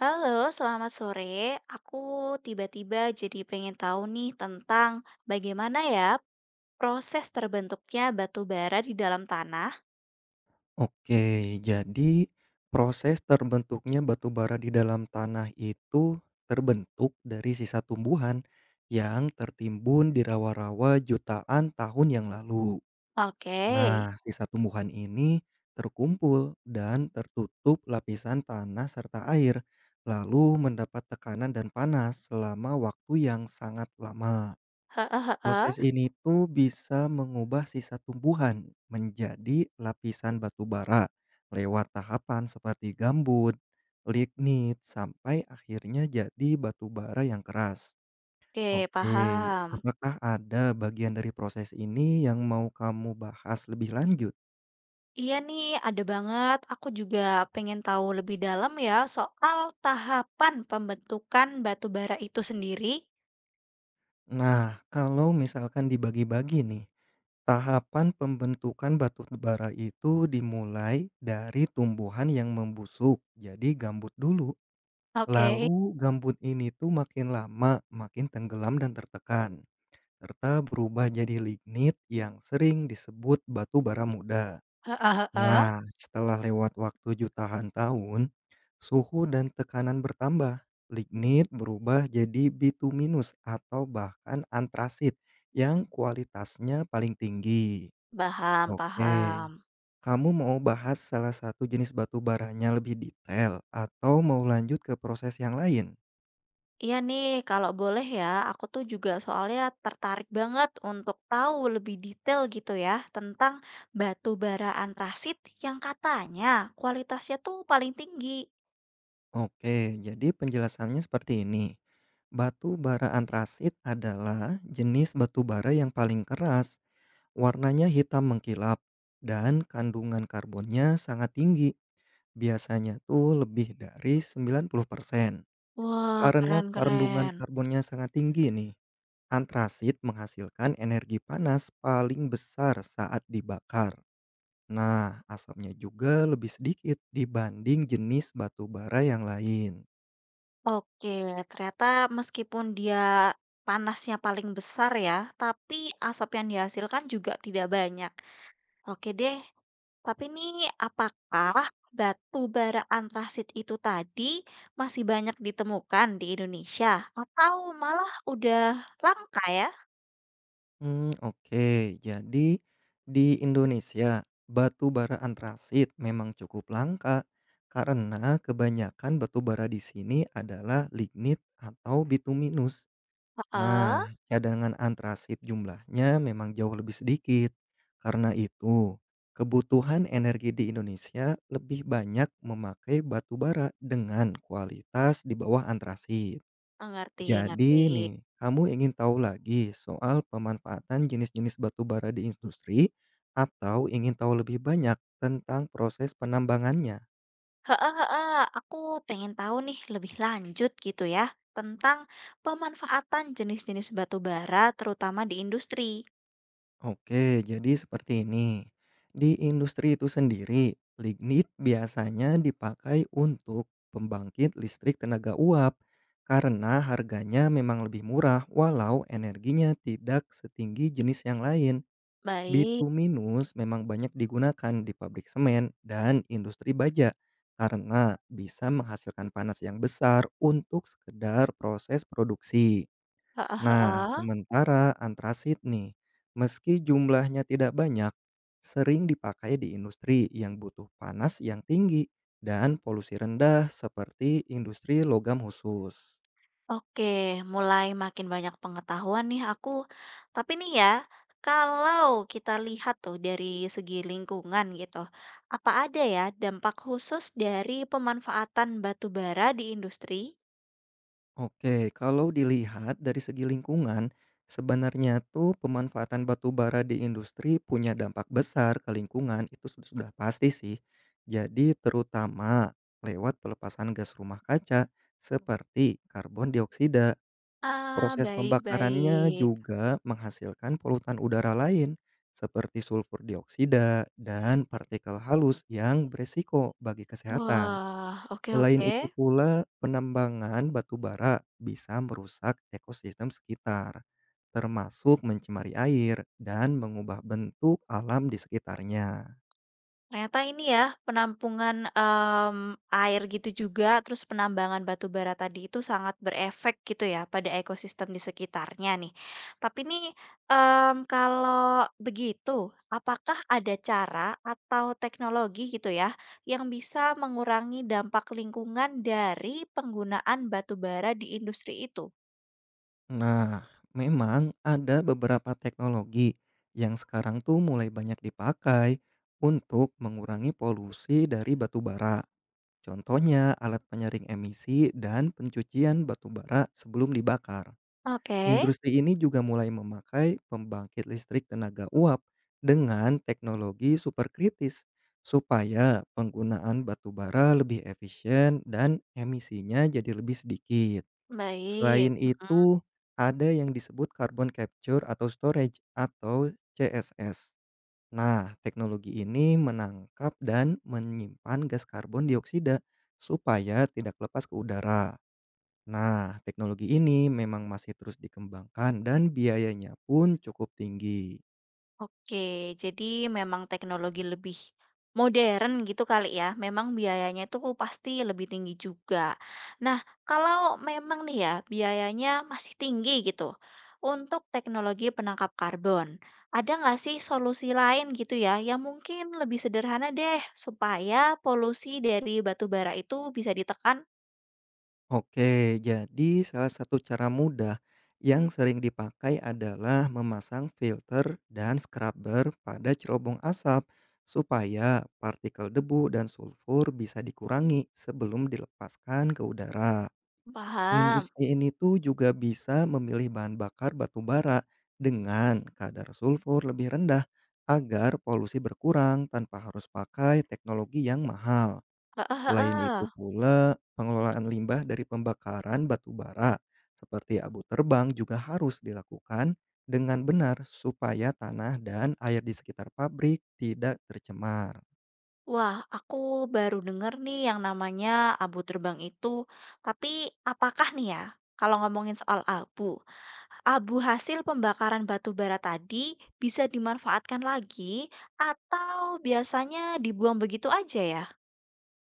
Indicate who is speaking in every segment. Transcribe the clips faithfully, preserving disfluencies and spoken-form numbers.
Speaker 1: Halo, selamat sore. Aku tiba-tiba jadi pengen tahu nih tentang bagaimana ya proses terbentuknya batu bara di dalam tanah.
Speaker 2: Oke, jadi proses terbentuknya batu bara di dalam tanah itu terbentuk dari sisa tumbuhan yang tertimbun di rawa-rawa jutaan tahun yang lalu.
Speaker 1: Oke,
Speaker 2: Nah, sisa tumbuhan ini terkumpul dan tertutup lapisan tanah serta air, lalu mendapat tekanan dan panas selama waktu yang sangat lama.
Speaker 1: heeh, heeh.
Speaker 2: Proses ini tuh bisa mengubah sisa tumbuhan menjadi lapisan batu bara lewat tahapan seperti gambut, lignit, sampai akhirnya jadi batu bara yang keras.
Speaker 1: Oke,
Speaker 2: Oke,
Speaker 1: paham.
Speaker 2: apakah ada bagian dari proses ini yang mau kamu bahas lebih lanjut?
Speaker 1: Iya nih, ada banget. Aku juga pengen tahu lebih dalam ya soal tahapan pembentukan batu bara itu sendiri.
Speaker 2: Nah, kalau misalkan dibagi-bagi nih, tahapan pembentukan batu bara itu dimulai dari tumbuhan yang membusuk, jadi gambut dulu.
Speaker 1: Oke,
Speaker 2: Lalu gambut ini tuh makin lama makin tenggelam dan tertekan, serta berubah jadi lignit yang sering disebut batu bara muda.
Speaker 1: heeh, heeh.
Speaker 2: Nah, setelah lewat waktu jutaan tahun, suhu dan tekanan bertambah. Lignit berubah jadi bituminus atau bahkan antrasit yang kualitasnya paling tinggi.
Speaker 1: Paham,
Speaker 2: Oke,
Speaker 1: paham.
Speaker 2: kamu mau bahas salah satu jenis batu baranya lebih detail atau mau lanjut ke proses yang lain?
Speaker 1: Iya nih, kalau boleh ya, aku tuh juga soalnya tertarik banget untuk tahu lebih detail gitu ya tentang batu bara antrasit yang katanya kualitasnya tuh paling tinggi.
Speaker 2: Oke, jadi penjelasannya seperti ini. Batu bara antrasit adalah jenis batu bara yang paling keras, warnanya hitam mengkilap, dan kandungan karbonnya sangat tinggi, biasanya tuh lebih dari sembilan puluh persen.
Speaker 1: Wah,
Speaker 2: Karena kandungan
Speaker 1: keren-keren.
Speaker 2: karbonnya sangat tinggi nih, antrasit menghasilkan energi panas paling besar saat dibakar. Nah, asapnya juga lebih sedikit dibanding jenis batu bara yang lain.
Speaker 1: Oke, ternyata meskipun dia panasnya paling besar ya, tapi asap yang dihasilkan juga tidak banyak. Oke deh, tapi nih apakah batu bara antrasit itu tadi masih banyak ditemukan di Indonesia atau malah udah langka ya?
Speaker 2: Mmm, oke. Jadi di Indonesia, batu bara antrasit memang cukup langka karena kebanyakan batu bara di sini adalah lignit atau bituminus.
Speaker 1: Heeh,
Speaker 2: Nah, cadangan antrasit jumlahnya memang jauh lebih sedikit. Karena itu, kebutuhan energi di Indonesia lebih banyak memakai batu bara dengan kualitas di bawah antrasit.
Speaker 1: ngerti,
Speaker 2: Jadi
Speaker 1: ngerti.
Speaker 2: nih, kamu ingin tahu lagi soal pemanfaatan jenis-jenis batu bara di industri atau ingin tahu lebih banyak tentang proses penambangannya?
Speaker 1: Heeh, heeh, aku pengen tahu nih lebih lanjut gitu ya tentang pemanfaatan jenis-jenis batu bara terutama di industri.
Speaker 2: Oke, jadi seperti ini. Di industri itu sendiri, lignit biasanya dipakai untuk pembangkit listrik tenaga uap karena harganya memang lebih murah walau energinya tidak setinggi jenis yang lain.
Speaker 1: Baik,
Speaker 2: Bituminus memang banyak digunakan di pabrik semen dan industri baja karena bisa menghasilkan panas yang besar untuk sekedar proses produksi.
Speaker 1: heeh,
Speaker 2: Nah,
Speaker 1: heeh.
Speaker 2: sementara antrasit nih, meski jumlahnya tidak banyak, sering dipakai di industri yang butuh panas yang tinggi dan polusi rendah seperti industri logam khusus.
Speaker 1: Oke, mulai makin banyak pengetahuan nih aku. Tapi nih ya, kalau kita lihat tuh dari segi lingkungan gitu, apa ada ya dampak khusus dari pemanfaatan batu bara di industri?
Speaker 2: Oke, kalau dilihat dari segi lingkungan, sebenarnya tuh pemanfaatan batu bara di industri punya dampak besar ke lingkungan, itu sud- sudah pasti sih. Jadi terutama lewat pelepasan gas rumah kaca seperti karbon dioksida.
Speaker 1: Ah,
Speaker 2: Proses pembakarannya
Speaker 1: baik-baik.
Speaker 2: juga menghasilkan polutan udara lain seperti sulfur dioksida dan partikel halus yang berisiko bagi kesehatan.
Speaker 1: Wah, oke
Speaker 2: Selain
Speaker 1: oke.
Speaker 2: itu pula, penambangan batu bara bisa merusak ekosistem sekitar, termasuk mencemari air dan mengubah bentuk alam di sekitarnya.
Speaker 1: Ternyata ini ya, penampungan, mmm, air gitu juga, terus penambangan batu bara tadi itu sangat berefek gitu ya, pada ekosistem di sekitarnya nih. Tapi nih, mmm, kalau begitu, apakah ada cara atau teknologi gitu ya, yang bisa mengurangi dampak lingkungan dari penggunaan batu bara di industri itu?
Speaker 2: Nah, memang ada beberapa teknologi yang sekarang tuh mulai banyak dipakai untuk mengurangi polusi dari batu bara. Contohnya alat penyaring emisi dan pencucian batu bara sebelum dibakar.
Speaker 1: Oke,
Speaker 2: Industri ini juga mulai memakai pembangkit listrik tenaga uap dengan teknologi superkritis supaya penggunaan batu bara lebih efisien dan emisinya jadi lebih sedikit.
Speaker 1: baik.
Speaker 2: Selain itu, ada yang disebut carbon capture atau storage atau C S S. Nah, teknologi ini menangkap dan menyimpan gas karbon dioksida supaya tidak lepas ke udara. Nah, teknologi ini memang masih terus dikembangkan dan biayanya pun cukup tinggi.
Speaker 1: Oke, jadi memang teknologi lebih modern gitu kali ya. Memang biayanya itu pasti lebih tinggi juga. Nah, kalau memang nih ya biayanya masih tinggi gitu untuk teknologi penangkap karbon, ada nggak sih solusi lain gitu ya yang mungkin lebih sederhana deh supaya polusi dari batu bara itu bisa ditekan?
Speaker 2: Oke, jadi salah satu cara mudah yang sering dipakai adalah memasang filter dan scrubber pada cerobong asap supaya partikel debu dan sulfur bisa dikurangi sebelum dilepaskan ke udara.
Speaker 1: Paham.
Speaker 2: Industri ini tuh juga bisa memilih bahan bakar batu bara dengan kadar sulfur lebih rendah agar polusi berkurang tanpa harus pakai teknologi yang mahal.
Speaker 1: Heeh,
Speaker 2: Selain itu
Speaker 1: heeh.
Speaker 2: pula, pengelolaan limbah dari pembakaran batu bara seperti abu terbang juga harus dilakukan dengan benar supaya tanah dan air di sekitar pabrik tidak tercemar.
Speaker 1: Wah, aku baru denger nih yang namanya abu terbang itu. Tapi apakah nih ya, kalau ngomongin soal abu, abu hasil pembakaran batu bara tadi bisa dimanfaatkan lagi atau biasanya dibuang begitu aja ya?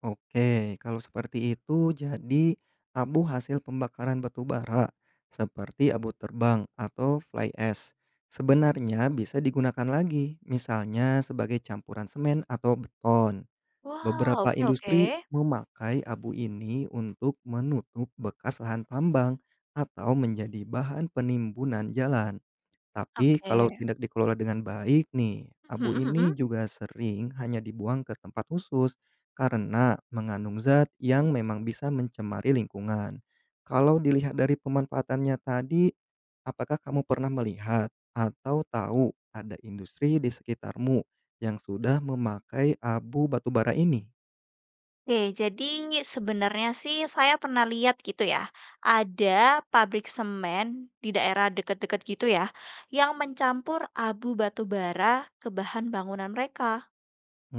Speaker 2: Oke, kalau seperti itu, jadi abu hasil pembakaran batu bara seperti abu terbang atau fly ash sebenarnya bisa digunakan lagi, misalnya sebagai campuran semen atau beton.
Speaker 1: Wah,
Speaker 2: Beberapa
Speaker 1: oke oke.
Speaker 2: industri memakai abu ini untuk menutup bekas lahan tambang atau menjadi bahan penimbunan jalan. Tapi kalau
Speaker 1: Oke.
Speaker 2: tidak dikelola dengan baik nih, abu ini juga sering hanya dibuang ke tempat khusus karena mengandung zat yang memang bisa mencemari lingkungan. Kalau dilihat dari pemanfaatannya tadi, apakah kamu pernah melihat atau tahu ada industri di sekitarmu yang sudah memakai abu batubara ini?
Speaker 1: Oke, jadi sebenarnya sih saya pernah lihat gitu ya, ada pabrik semen di daerah deket-deket gitu ya, yang mencampur abu batu bara ke bahan bangunan mereka.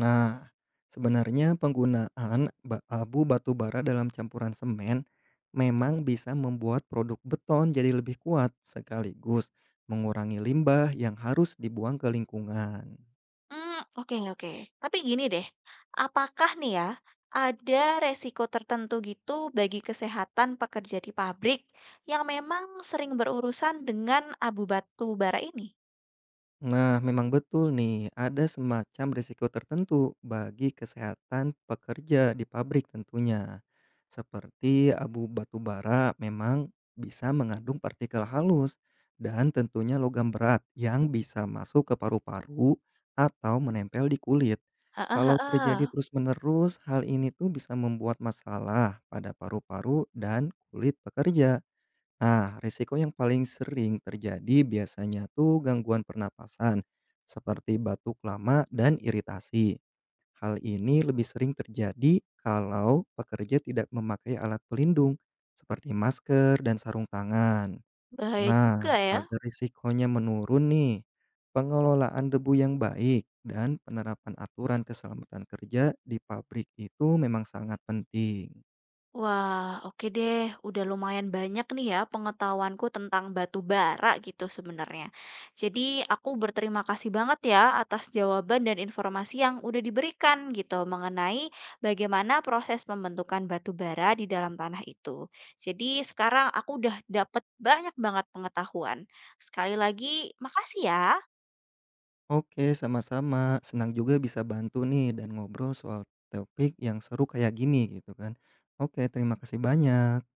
Speaker 2: Nah, sebenarnya penggunaan ba abu batu bara dalam campuran semen memang bisa membuat produk beton jadi lebih kuat sekaligus mengurangi limbah yang harus dibuang ke lingkungan.
Speaker 1: Hmm, oke oke. Tapi gini deh, apakah nih ya ada resiko tertentu gitu bagi kesehatan pekerja di pabrik yang memang sering berurusan dengan abu batu bara ini?
Speaker 2: Nah, memang betul nih, ada semacam risiko tertentu bagi kesehatan pekerja di pabrik tentunya. Seperti abu batu bara memang bisa mengandung partikel halus dan tentunya logam berat yang bisa masuk ke paru-paru atau menempel di kulit.
Speaker 1: Heeh,
Speaker 2: Kalau
Speaker 1: heeh,
Speaker 2: terjadi terus-menerus, hal ini tuh bisa membuat masalah pada paru-paru dan kulit pekerja. Nah, risiko yang paling sering terjadi biasanya tuh gangguan pernapasan, seperti batuk lama dan iritasi. Hal ini lebih sering terjadi kalau pekerja tidak memakai alat pelindung, seperti masker dan sarung tangan.
Speaker 1: bahaya juga
Speaker 2: Nah,
Speaker 1: ya.
Speaker 2: agar risikonya menurun nih, pengelolaan debu yang baik dan penerapan aturan keselamatan kerja di pabrik itu memang sangat penting.
Speaker 1: Wah, oke deh. Udah lumayan banyak nih ya pengetahuanku tentang batu bara gitu sebenarnya. Jadi aku berterima kasih banget ya atas jawaban dan informasi yang udah diberikan gitu mengenai bagaimana proses pembentukan batu bara di dalam tanah itu. Jadi sekarang aku udah dapet banyak banget pengetahuan. Sekali lagi, makasih ya.
Speaker 2: Oke, sama-sama. Senang juga bisa bantu nih dan ngobrol soal topik yang seru kayak gini gitu kan. Oke, terima kasih banyak.